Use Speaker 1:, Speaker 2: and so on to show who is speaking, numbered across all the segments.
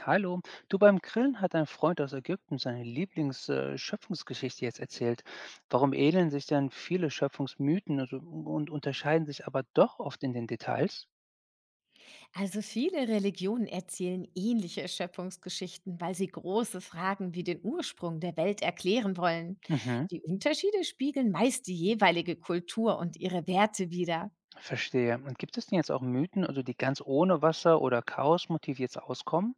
Speaker 1: Hallo, du, beim Grillen hat ein Freund aus Ägypten seine Lieblingsschöpfungsgeschichte Schöpfungsgeschichte jetzt erzählt. Warum ähneln sich dann viele Schöpfungsmythen und unterscheiden sich aber doch oft in den Details?
Speaker 2: Also viele Religionen erzählen ähnliche Erschöpfungsgeschichten, weil sie große Fragen wie den Ursprung der Welt erklären wollen.
Speaker 1: Mhm,
Speaker 2: Die Unterschiede spiegeln meist die jeweilige Kultur und ihre Werte wider.
Speaker 1: verstehe. Und gibt es denn jetzt auch Mythen, also die ganz ohne Wasser oder Chaosmotiv jetzt auskommen?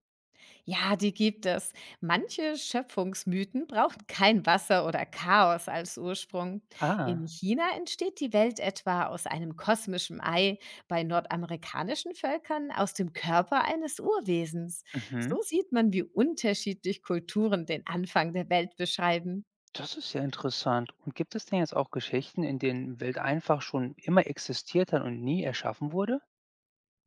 Speaker 2: Ja, die gibt es. Manche Schöpfungsmythen brauchen kein Wasser oder Chaos als Ursprung. In
Speaker 1: Ah,
Speaker 2: China entsteht die Welt etwa aus einem kosmischen Ei, bei nordamerikanischen Völkern aus dem Körper eines Urwesens.
Speaker 1: mhm.
Speaker 2: So sieht man, wie unterschiedlich Kulturen den Anfang der Welt beschreiben.
Speaker 1: Das ist ja interessant. Und gibt es denn jetzt auch Geschichten, in denen Welt einfach schon immer existiert hat und nie erschaffen wurde?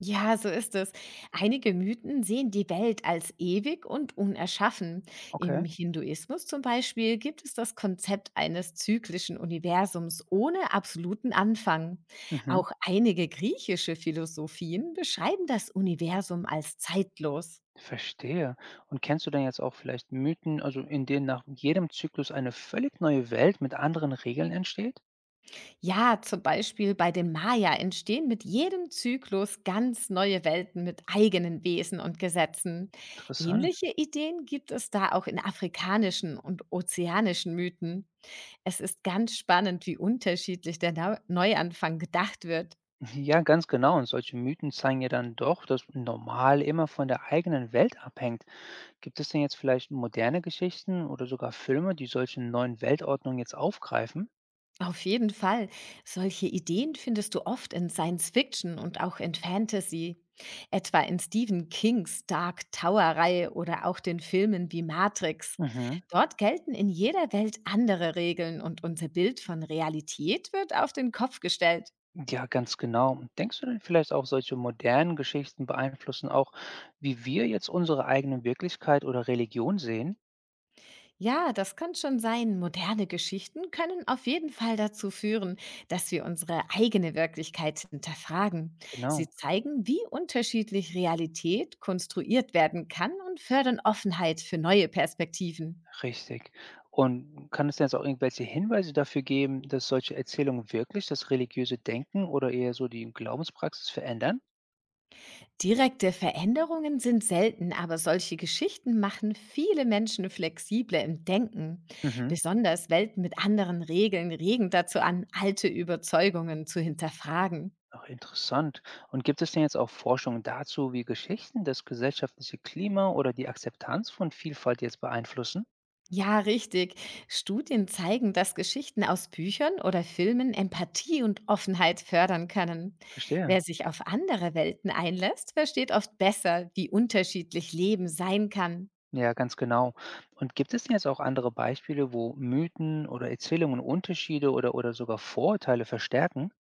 Speaker 2: Ja, so ist es. Einige Mythen sehen die Welt als ewig und unerschaffen. Im
Speaker 1: Okay.
Speaker 2: Hinduismus zum Beispiel gibt es das Konzept eines zyklischen Universums ohne absoluten Anfang.
Speaker 1: Mhm.
Speaker 2: Auch einige griechische Philosophien beschreiben das Universum als zeitlos.
Speaker 1: Verstehe. Und kennst du denn jetzt auch vielleicht Mythen, also in denen nach jedem Zyklus eine völlig neue Welt mit anderen Regeln entsteht?
Speaker 2: Ja, zum Beispiel bei den Maya entstehen mit jedem Zyklus ganz neue Welten mit eigenen Wesen und Gesetzen.
Speaker 1: Interessant.
Speaker 2: Ähnliche Ideen gibt es da auch in afrikanischen und ozeanischen Mythen. Es ist ganz spannend, wie unterschiedlich der Neuanfang gedacht wird.
Speaker 1: Ja, ganz genau. Und solche Mythen zeigen ja dann doch, dass normal immer von der eigenen Welt abhängt. Gibt es denn jetzt vielleicht moderne Geschichten oder sogar Filme, die solche neuen Weltordnungen jetzt aufgreifen?
Speaker 2: Auf jeden Fall. Solche Ideen findest du oft in Science Fiction und auch in Fantasy, etwa in Stephen Kings Dark Tower-Reihe oder auch den Filmen wie Matrix.
Speaker 1: Mhm.
Speaker 2: Dort gelten in jeder Welt andere Regeln und unser Bild von Realität wird auf den Kopf gestellt.
Speaker 1: Ja, ganz genau. Und denkst du denn vielleicht auch, solche modernen Geschichten beeinflussen auch, wie wir jetzt unsere eigene Wirklichkeit oder Religion sehen?
Speaker 2: Ja, das kann schon sein. Moderne Geschichten können auf jeden Fall dazu führen, dass wir unsere eigene Wirklichkeit hinterfragen. Sie
Speaker 1: Genau.
Speaker 2: zeigen, wie unterschiedlich Realität konstruiert werden kann und fördern Offenheit für neue Perspektiven.
Speaker 1: Richtig. Und kann es denn jetzt auch irgendwelche Hinweise dafür geben, dass solche Erzählungen wirklich das religiöse Denken oder eher so die Glaubenspraxis verändern?
Speaker 2: Direkte Veränderungen sind selten, aber solche Geschichten machen viele Menschen flexibler im Denken.
Speaker 1: Mhm.
Speaker 2: Besonders Welten mit anderen Regeln regen dazu an, alte Überzeugungen zu hinterfragen.
Speaker 1: Ach, interessant. Und gibt es denn jetzt auch Forschungen dazu, wie Geschichten das gesellschaftliche Klima oder die Akzeptanz von Vielfalt jetzt beeinflussen?
Speaker 2: Ja, richtig. Studien zeigen, dass Geschichten aus Büchern oder Filmen Empathie und Offenheit fördern können.
Speaker 1: Verstehe.
Speaker 2: Wer sich auf andere Welten einlässt, versteht oft besser, wie unterschiedlich Leben sein kann.
Speaker 1: Ja, ganz genau. Und gibt es denn jetzt auch andere Beispiele, wo Mythen oder Erzählungen Unterschiede oder sogar Vorurteile verstärken?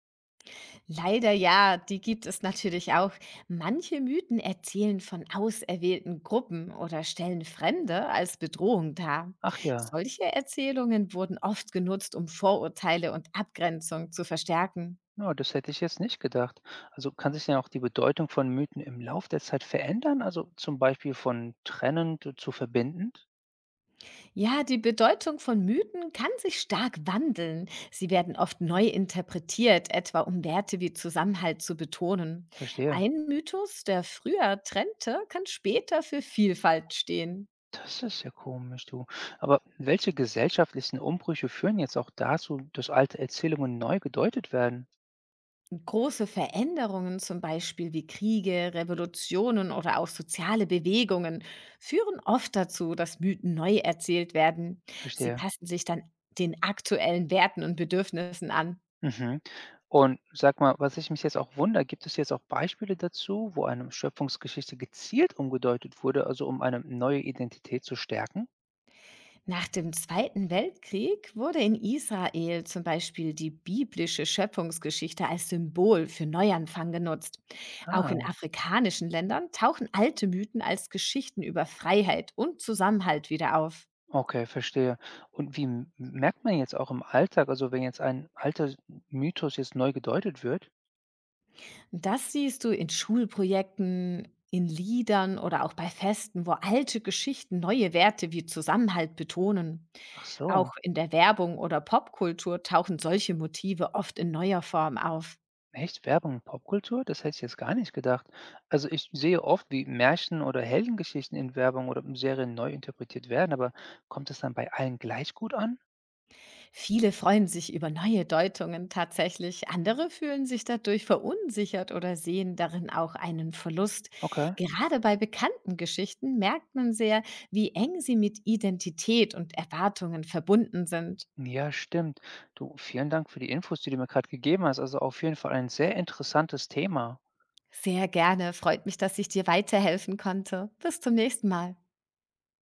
Speaker 2: Leider ja, die gibt es natürlich auch. Manche Mythen erzählen von auserwählten Gruppen oder stellen Fremde als Bedrohung dar.
Speaker 1: Ach ja.
Speaker 2: Solche Erzählungen wurden oft genutzt, um Vorurteile und Abgrenzung zu verstärken.
Speaker 1: Ja, das hätte ich jetzt nicht gedacht. Also kann sich denn auch die Bedeutung von Mythen im Lauf der Zeit verändern? Also zum Beispiel von trennend zu verbindend?
Speaker 2: Ja, die Bedeutung von Mythen kann sich stark wandeln. Sie werden oft neu interpretiert, etwa um Werte wie Zusammenhalt zu betonen.
Speaker 1: Verstehe.
Speaker 2: Ein Mythos, der früher trennte, kann später für Vielfalt stehen.
Speaker 1: Das ist ja komisch, du. Aber welche gesellschaftlichen Umbrüche führen jetzt auch dazu, dass alte Erzählungen neu gedeutet werden?
Speaker 2: Große Veränderungen, zum Beispiel wie Kriege, Revolutionen oder auch soziale Bewegungen, führen oft dazu, dass Mythen neu erzählt werden. Sie
Speaker 1: Verstehe.
Speaker 2: passen sich dann den aktuellen Werten und Bedürfnissen an.
Speaker 1: Mhm. Und sag mal, was ich mich jetzt auch wundere, gibt es jetzt auch Beispiele dazu, wo eine Schöpfungsgeschichte gezielt umgedeutet wurde, also um eine neue Identität zu stärken?
Speaker 2: Nach dem Zweiten Weltkrieg wurde in Israel zum Beispiel die biblische Schöpfungsgeschichte als Symbol für Neuanfang genutzt. Auch in
Speaker 1: Ah.
Speaker 2: afrikanischen Ländern tauchen alte Mythen als Geschichten über Freiheit und Zusammenhalt wieder auf.
Speaker 1: Okay, verstehe. Und wie m merkt man jetzt auch im Alltag, also wenn jetzt ein alter Mythos jetzt neu gedeutet wird?
Speaker 2: Das siehst du in Schulprojekten, in Liedern oder auch bei Festen, wo alte Geschichten neue Werte wie Zusammenhalt betonen.
Speaker 1: Ach so,
Speaker 2: Auch in der Werbung oder Popkultur tauchen solche Motive oft in neuer Form auf.
Speaker 1: echt, Werbung und Popkultur? Das hätte ich jetzt gar nicht gedacht. Also ich sehe oft, wie Märchen oder Heldengeschichten in Werbung oder in Serien neu interpretiert werden, aber kommt das dann bei allen gleich gut an?
Speaker 2: Viele freuen sich über neue Deutungen tatsächlich, andere fühlen sich dadurch verunsichert oder sehen darin auch einen Verlust.
Speaker 1: Okay.
Speaker 2: Gerade bei bekannten Geschichten merkt man sehr, wie eng sie mit Identität und Erwartungen verbunden sind.
Speaker 1: Ja, stimmt. Du, vielen Dank für die Infos, die du mir gerade gegeben hast. Also auf jeden Fall ein sehr interessantes Thema.
Speaker 2: Sehr gerne, freut mich, dass ich dir weiterhelfen konnte. Bis zum nächsten Mal.